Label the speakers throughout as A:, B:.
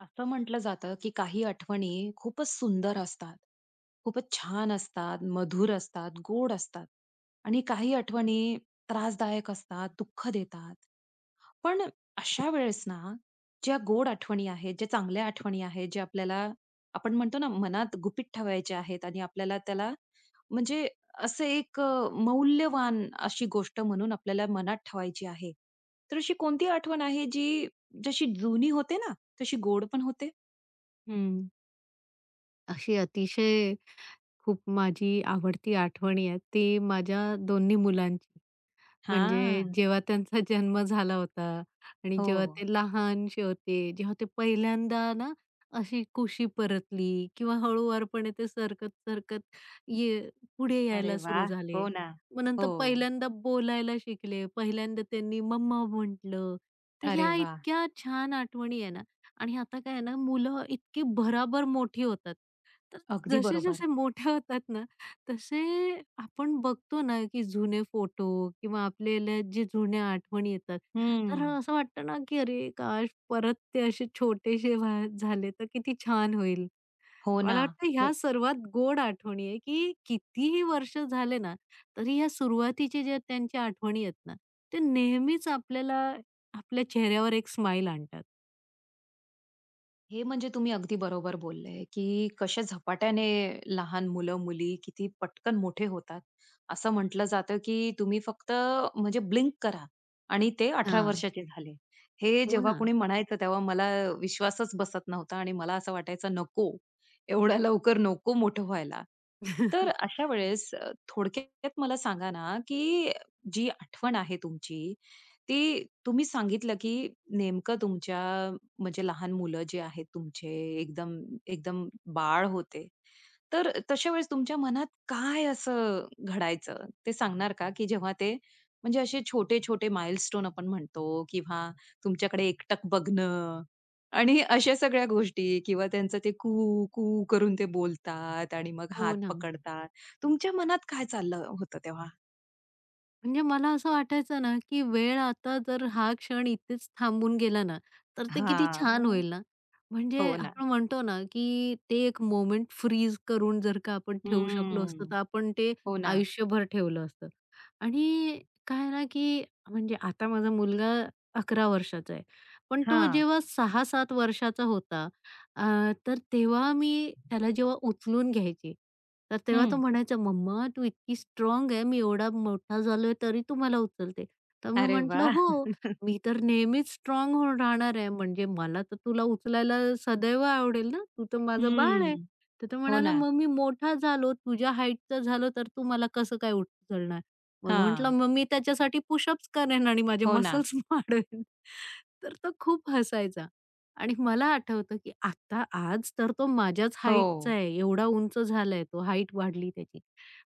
A: असं म्हटलं जातं की काही आठवणी खूपच सुंदर असतात, खूपच छान असतात, मधुर असतात, गोड असतात आणि काही आठवणी त्रासदायक असतात, दुःख देतात. पण अशा वेळेस ना, ज्या गोड आठवणी आहेत, ज्या चांगल्या आठवणी आहेत, जे आपल्याला आपण म्हणतो ना, मनात गुपित ठेवायच्या आहेत आणि आपल्याला त्याला म्हणजे असं एक मौल्यवान अशी गोष्ट म्हणून आपल्याला मनात ठेवायची आहे. तर अशी कोणती आठवण आहे जी जशी जुनी होते ना, तशी गोड पण होते.
B: हं. अशी अतिशय खूप माझी आवडती आठवणी आहे ती माझ्या दोन्ही मुलांची.
A: हां.
B: म्हणजे जेव्हा त्यांचा जन्म झाला होता आणि जेव्हा
A: हो.
B: ते लहानसे होते, जेव्हा ते पहिल्यांदा ना अशी कुशी परतली किंवा हळूवारपणे ते सरकत-सरकत ये पुढे
A: अरे
B: यायला सुरू
A: वाह!
B: झाले.
A: हो ना.
B: मग नंतर
A: हो.
B: पहिल्यांदा बोलायला शिकले. पहिल्यांदा त्यांनी मम्मा म्हटलं. तर
A: अरे
B: ह्या
A: वाह!
B: इतक्या छान आठवणी आहे ना आणि आता काय आहे ना मुलं इतकी भराभर मोठी होतात. तर
A: अगदी बरोबर.
B: जसे-जसे मोठे होतात ना तसे आपण बघतो ना, की जुने फोटो किंवा आपल्याला जे जुन्या आठवणी येतात, तर
A: हं.
B: असं वाटतं ना, की अरे काश! परत ते असे छोटेसे झाले तर किती छान होईल.
A: हो ना.
B: मला वाटतं ह्या
A: मग
B: सर्वात गोड आठवणी आहे, की कितीही वर्ष झाले ना, तरी ह्या सुरुवातीचे ज्या त्यांच्या आठवणी आहेत ना, ते नेहमीच आपल्याला आपल्या चेहऱ्यावर एक स्माईल आणतात.
A: हे म्हणजे तुम्ही अगदी बरोबर बोलले, की कशा झपाट्याने लहान मुलं-मुली किती पटकन मोठे होतात. असं म्हटलं जातं, की तुम्ही फक्त म्हणजे ब्लिंक करा आणि ते अठरा
B: हां.
A: वर्षाचे झाले. हे
B: हो
A: जेव्हा
B: ना.
A: कोणी म्हणायचं तेव्हा मला विश्वासच बसत नव्हता आणि मला असं वाटायचं नको, एवढ्या लवकर नको मोठं व्हायला. तर अशा वेळेस थोडक्यात मला सांगा ना, की जी आठवण आहे तुमची, ती तुम्ही सांगितलं, की नेमकं तुमच्या म्हणजे लहान मुलं जे आहेत तुमचे एकदम एकदम बाळ होते. तर तशा वेळेस तुमच्या मनात काय असं घडायचं ते सांगणार का? की जेव्हा ते म्हणजे असे छोटे-छोटे माइलस्टोन आपण म्हणतो किंवा तुमच्याकडे एकटक बघणं आणि अशा सगळ्या गोष्टी किंवा त्यांचं ते कू करून ते बोलतात आणि मग हात
B: हो ना.
A: पकडतात. तुमच्या मनात काय चाललं होतं तेव्हा?
B: म्हणजे मला असं वाटायचं ना, की वेळ आता जर हा क्षण इथेच थांबून गेला ना, तर ते किती छान
A: हां.
B: होईल ना. म्हणजे
A: हो ना.
B: आपण म्हणतो ना, की ते एक मोमेंट फ्रीज करून जर का आपण ठेवू शकलो असतो,
A: हम्म.
B: तर आपण ते
A: हो ना.
B: आयुष्यभर ठेवलं असतं. आणि काय ना, की म्हणजे आता माझा मुलगा 11 वर्षाचा आहे. पण तो
A: हां.
B: जेव्हा 6-7 वर्षाचा होता अ, तर तेव्हा मी त्याला जेव्हा उचलून घ्यायची, तर तेव्हा तो
A: हं.
B: म्हणायचा, "मम्मा तू इतकी स्ट्रॉंग आहे. मी एवढा मोठा झालोय तरी तू मला उचलते." तर मी
A: अरे
B: म्हटलं,
A: वाह!
B: "हो, मी तर नेहमीच स्ट्राँग होऊन राहणार आहे. म्हणजे मला तर तुला उचलायला सदैव आवडेल ना. तू तर माझं बाळ आहे."
A: हम्म.
B: तर तो
A: हो
B: म्हणाला,
A: ना.
B: "मग मी मोठा झालो, तुझ्या हाईटचा झालो तर तू मला कसं काय उचलणार?" मग म्हटलं,
A: हां.
B: "मग मी त्याच्यासाठी पुशअप्स करेन आणि माझे
A: हो ना.
B: मसल्स वाढवेन." तर तो खूप हसायचा आणि मला आठवतं, की आता आज तर तो माझ्याच
A: हो.
B: हाईटचा आहे. एवढा उंच झालाय तो, हाईट वाढली त्याची.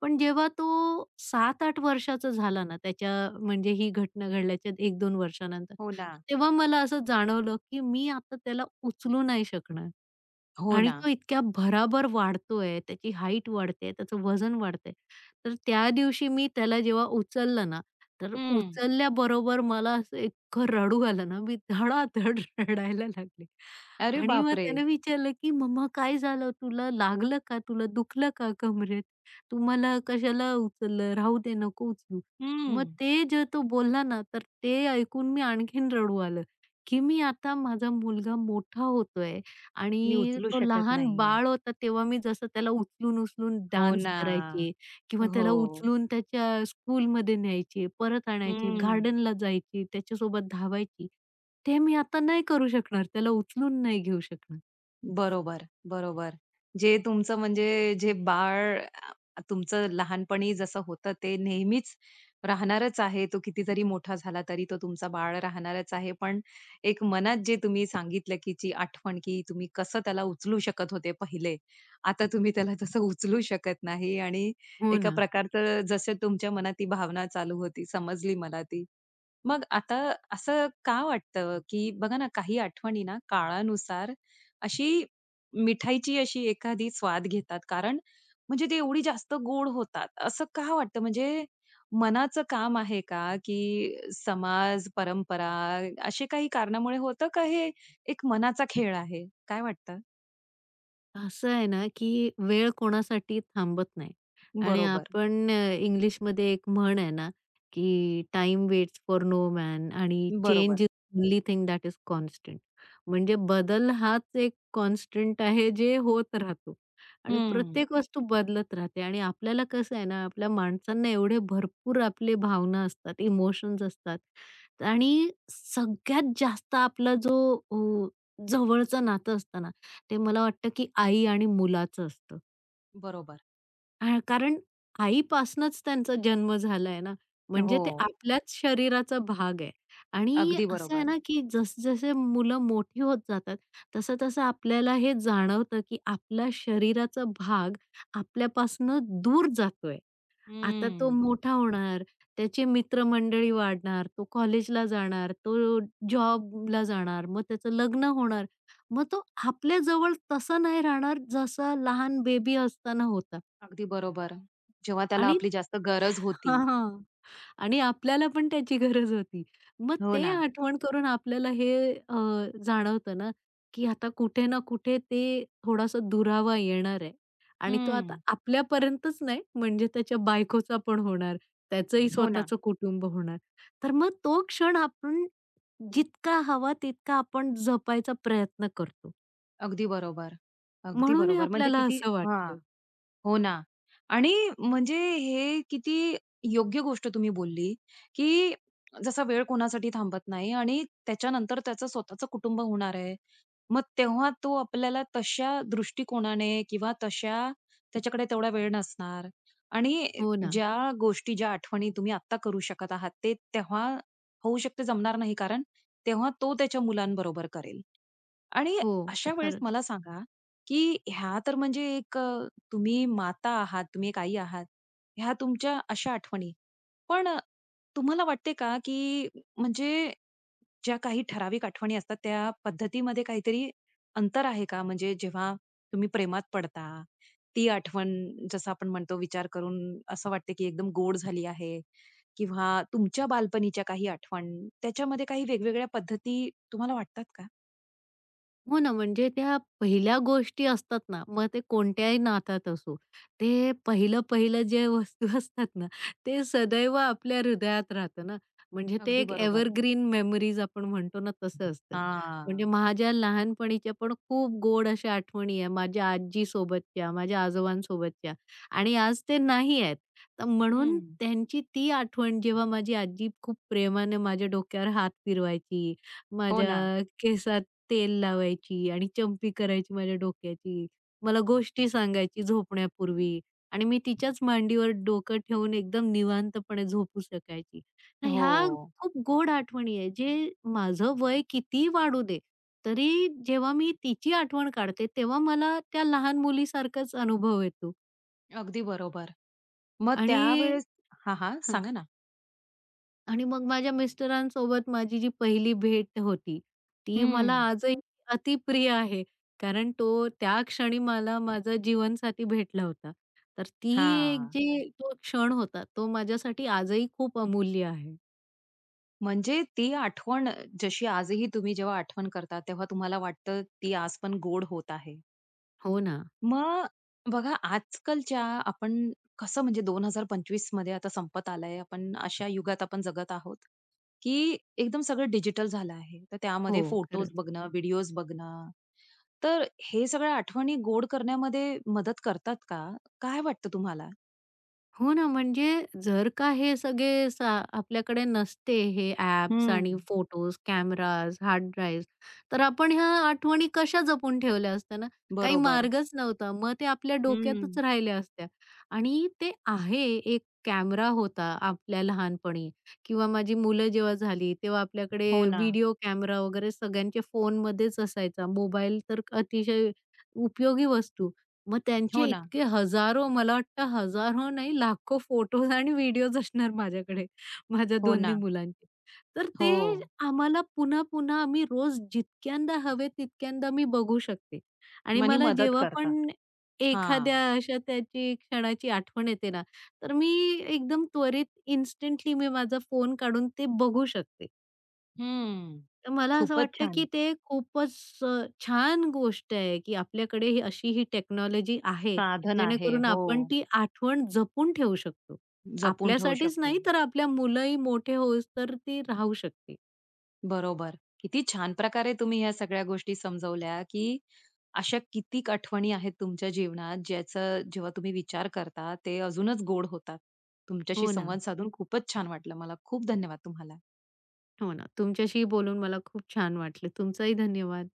B: पण जेव्हा तो 7-8 वर्षाचा झाला ना, त्याच्या म्हणजे ही घटना घडल्याच्या 1-2 वर्षानंतर,
A: हो ना.
B: तेव्हा मला असं जाणवलं, की मी आता त्याला उचलू नाही शकणार
A: हो
B: आणि
A: ना.
B: तो इतक्या भराभर वाढतोय, त्याची हाईट वाढते, त्याचं वजन वाढतंय. तर त्या दिवशी मी त्याला जेव्हा उचललं ना, तर
A: हं.
B: उचलल्याबरोबर मला असं इतकं रडू आलं ना, मी धडाधड रडायला लागले.
A: अरे
B: आणि मग
A: बापरे!
B: त्याने विचारलं, की "मम्मा काय झालं? तुला लागलं का? तुला दुखलं का कमरेत? तू मला कशाला उचललं? राहू दे, नको उचलू."
A: हं.
B: मग ते जे तो बोलला ना, तर ते ऐकून मी आणखीन रडू आलं, की मी आता माझा मुलगा मोठा होतोय
A: मी
B: आणि
A: उचलू
B: तो
A: शकत
B: लहान
A: नाहीये.
B: बाळ होता तेव्हा मी जसं त्याला उचलून-उचलून
A: हो
B: डान्स
A: ना.
B: करायची. किंवा
A: हो.
B: त्याला उचलून त्याच्या स्कूलमध्ये न्यायची, परत आणायची,
A: हं.
B: गार्डनला जायची, त्याच्यासोबत धावायची. ते मी आता नाही करू शकणार. त्याला उचलून नाही घेऊ शकणार.
A: बरोबर, बरोबर. जे तुमचं म्हणजे जे बाळ तुमचं लहानपणी जसं होतं ते नेहमीच राहणारच आहे. तो कितीतरी मोठा झाला तरी तो तुमचा बाळ राहणारच आहे. पण एक मनात जे तुम्ही सांगितलं, की जी आठवण, की तुम्ही कसं त्याला उचलू शकत होते पहिले. आता तुम्ही त्याला तसं उचलू शकत नाही आणि
B: हो
A: एका
B: ना.
A: प्रकारचं जसं तुमच्या मनात ती भावना चालू होती, समजली मला ती. मग आता असं का वाटतं, की बघा ना काही आठवणी ना काळानुसार अशी मिठाईची अशी एखादी स्वाद घेतात. कारण म्हणजे ते एवढी जास्त गोड होतात. असं का वाटतं? म्हणजे मनाचं काम आहे का, की समाज, परंपरा असे काही कारणामुळे होतं का हे एक मनाचा खेळ आहे? काय वाटतं?
B: असं आहे ना, की वेळ कोणासाठी थांबत नाही आणि
A: बरोबर,
B: आपण इंग्लिशमध्ये एक म्हण आहे ना, की "time waits for no man" आणि
A: बरोबर.
B: "Change is only thing that is constant." म्हणजे बदल हाच एक कॉन्स्टंट आहे जे होत राहतो आणि
A: हं.
B: प्रत्येक वस्तू बदलत राहते आणि आपल्याला कसं आहे ना, आपल्या माणसांना एवढे भरपूर आपले भावना असतात, इमोशन्स असतात आणि सगळ्यात जास्त आपला जो अ, जवळचं नातं असतं ना ते मला वाटतं, की आई आणि मुलाचं असतं.
A: बरोबर.
B: कारण आईपासनंच त्यांचा जन्म झालाय ना,
A: हो.
B: म्हणजे ते आपल्याच शरीराचा भाग आहे. आणि
A: अगदी
B: असं आहे
A: बरोबर.
B: ना, की जसजसे मुलं मोठी होत जातात, तसं-तसं आपल्याला हे जाणवतं, की आपला शरीराचा भाग आपल्यापासनं दूर जातोय. आता तो
A: हं.
B: मोठा होणार, त्याची मित्रमंडळी वाढणार, तो कॉलेजला जाणार, तो जॉबला जाणार, मग त्याचं लग्न होणार. मग तो आपल्याजवळ तसा नाही राहणार जसा लहान बेबी असताना होता
A: अगदी बरोबर. जेव्हा त्याला
B: आणि
A: आपली जास्त गरज
B: हां,
A: होती.
B: हां. आणि आपल्याला पण त्याची गरज होती. मग
A: हो
B: ते
A: ना.
B: आठवण करून आपल्याला हे जाणवतं ना, की आता कुठे ना कुठे ते थोडासा दुरावा येणार आहे आणि तो आता
A: हं.
B: आपल्यापर्यंतच नाही म्हणजे त्याच्या बायकोचा पण होणार, त्याचंही
A: हो ना.
B: स्वतःचं कुटुंब होणार. तर मग तो क्षण आपण जितका हवा तितका आपण जपायचा प्रयत्न करतो.
A: अगदी बरोबर. अगदी
B: म्हणून हे
A: बरोबर. म्हणजे
B: आपल्याला
A: किती
B: असं
A: हां.
B: वाटतं.
A: हो ना. आणि म्हणजे हे किती योग्य गोष्ट तुम्ही बोलली, की जसा वेळ कोणासाठी थांबत नाही आणि त्याच्यानंतर त्याचं स्वतःचं कुटुंब होणार आहे. मग तेव्हा तो आपल्याला तशा दृष्टिकोनाने किंवा तशा त्याच्याकडे तेवढा वेळ नसणार आणि
B: हो ना.
A: ज्या गोष्टी, ज्या आठवणी तुम्ही आत्ता करू शकत आहात, ते तेव्हा होऊ शकते जमणार नाही कारण तेव्हा तो त्याच्या मुलांबरोबर करेल. आणि
B: हो,
A: अशा वेळेस
B: खरंच.
A: मला सांगा, की ह्या तर म्हणजे एक तुम्ही माता आहात, तुम्ही एक आई आहात. ह्या तुमच्या अशा आठवणी. पण तुम्हाला वाटते का, की म्हणजे ज्या काही ठराविक आठवणी असतात, त्या पद्धतीमध्ये काहीतरी अंतर आहे का? म्हणजे जेव्हा तुम्ही प्रेमात पडता, ती आठवण जसं आपण म्हणतो विचार करून असं वाटते, की एकदम गोड झाली आहे किंवा तुमच्या बालपणीच्या काही आठवण, त्याच्यामध्ये काही वेगवेगळ्या पद्धती तुम्हाला वाटतात का?
B: हो ना, म्हणजे त्या पहिल्या गोष्टी असतात ना, मग ते कोणत्याही नात्यात असो, ते पहिलं-पहिलं जे वस्तू असतात ना, ते सदैव आपल्या हृदयात राहतं ना. म्हणजे ते
A: अगदी
B: एक
A: बरोबर.
B: एव्हरग्रीन मेमरीज आपण म्हणतो ना, तसं असतं. म्हणजे
A: हां.
B: माझ्या लहानपणीच्या पण खूप गोड अशा आठवणी आहे माझ्या आजीसोबतच्या, माझ्या आजोबांसोबतच्या आणि आज ते नाही आहेत. तर म्हणून
A: हं.
B: त्यांची ती आठवण जेव्हा माझी आजी खूप प्रेमाने माझ्या डोक्यावर हात फिरवायची,
A: हो ना.
B: माझ्या केसात तेल लावायची आणि चंपी करायची माझ्या डोक्याची. मला गोष्टी सांगायची झोपण्यापूर्वी आणि मी तिच्याच मांडीवर डोकं ठेवून एकदम निवांतपणे झोपू शकायची. तर
A: हो.
B: ह्या खूप गोड आठवणी आहे, जे माझं वय किती वाढू दे, तरी जेव्हा मी तिची आठवण काढते, तेव्हा मला त्या लहान मुलीसारखाच अनुभव येतो
A: अगदी बरोबर. मग
B: आणि
A: त्यावेळेस हां, हां. सांगा ना?
B: आणि मग माझ्या मिस्टरांसोबत माझी जी पहिली भेट होती, ती
A: हं.
B: मला आजही अतिप्रिय आहे. कारण तो त्या क्षणी मला माझा जीवनसाथी भेटला होता. तर ती एक
A: हां.
B: जी तो क्षण होता, तो माझ्यासाठी आजही खूप अमूल्य आहे.
A: म्हणजे ती आठवण जशी आजही तुम्ही जेव्हा आठवण करता, तेव्हा तुम्हाला वाटतं ती आज पण गोड होत आहे.
B: हो ना.
A: मग बघा आजकालच्या आपण कसं म्हणजे 2025 मध्ये आता संपत आलंय. आपण अशा युगात आपण जगत आहोत, की एकदम सगळं डिजिटल झालं आहे. तर
B: हो,
A: त्यामध्ये फोटोज
B: खरं.
A: बघणं, व्हिडिओज बघणं तर हे सगळ्या आठवणी गोड करण्यामध्ये मदत करतात का? काय वाटतं तुम्हाला?
B: हो ना, म्हणजे जर का हे सगळे आपल्याकडे नसते हे ॲप्स
A: हं.
B: आणि फोटोज, कॅमेराज, हार्ड ड्राईव्ह, तर आपण ह्या आठवणी कशा जपून ठेवल्या असत्या ना? काही
A: बरोबर.
B: मार्गच नव्हता. मग ते आपल्या
A: हं.
B: डोक्यातच राहिल्या असत्या. आणि ते आहे, एक कॅमेरा होता आपल्या लहानपणी किंवा माझी मुलं जेव्हा झाली, तेव्हा आपल्याकडे
A: हो ना,
B: व्हिडिओ कॅमेरा वगैरे सगळ्यांच्या फोनमध्येच असायचा. मोबाईल तर अतिशय उपयोगी वस्तू. मग
A: हो
B: त्यांचे
A: ना,
B: इतके हजारो, मला वाटतं हजारो नाही, लाखो फोटोज आणि व्हिडिओज असणार माझ्याकडे, माझ्या
A: हो
B: दोन्ही
A: ना.
B: मुलांचे. तर ते
A: हो.
B: आम्हाला पुन्हा-पुन्हा आम्ही रोज जितक्यांदा हवे तितक्यांदा मी बघू शकते. आणि
A: मनी
B: मला
A: मदत
B: जेव्हा
A: करतात.
B: पण
A: हां.
B: एखाद्या अशा त्याची क्षणाची आठवण येते ना, तर मी एकदम त्वरित इन्स्टंटली मी माझा फोन काढून ते बघू शकते.
A: हं.
B: तर मला असं
A: खूपच
B: वाटतं, की
A: छान
B: ते खूपच अ, छान गोष्ट आहे, की आपल्याकडे ही अशी ही टेक्नॉलॉजी आहे,
A: साधन आहे.
B: जेणेकरून
A: हो.
B: आपण ती आठवण जपून ठेवू शकतो.
A: जपून ठेवू
B: आपल्यासाठीच
A: शकतो.
B: नाही, तर आपल्या मुलंही मोठे होईस्तोवर ती राहू शकते.
A: बरोबर. किती छान प्रकारे तुम्ही ह्या सगळ्या गोष्टी समजवल्या, की अशा कितीक आठवणी आहेत तुमच्या जीवनात, ज्याचं जेव्हा तुम्ही विचार करता, ते अजूनच गोड होतात. तुमच्याशी
B: हो ना,
A: संवाद साधून खूपच छान वाटलं मला. खूप धन्यवाद तुम्हाला.
B: हो ना. तुमच्याशी बोलून मला खूप छान वाटलं. तुमचाही धन्यवाद.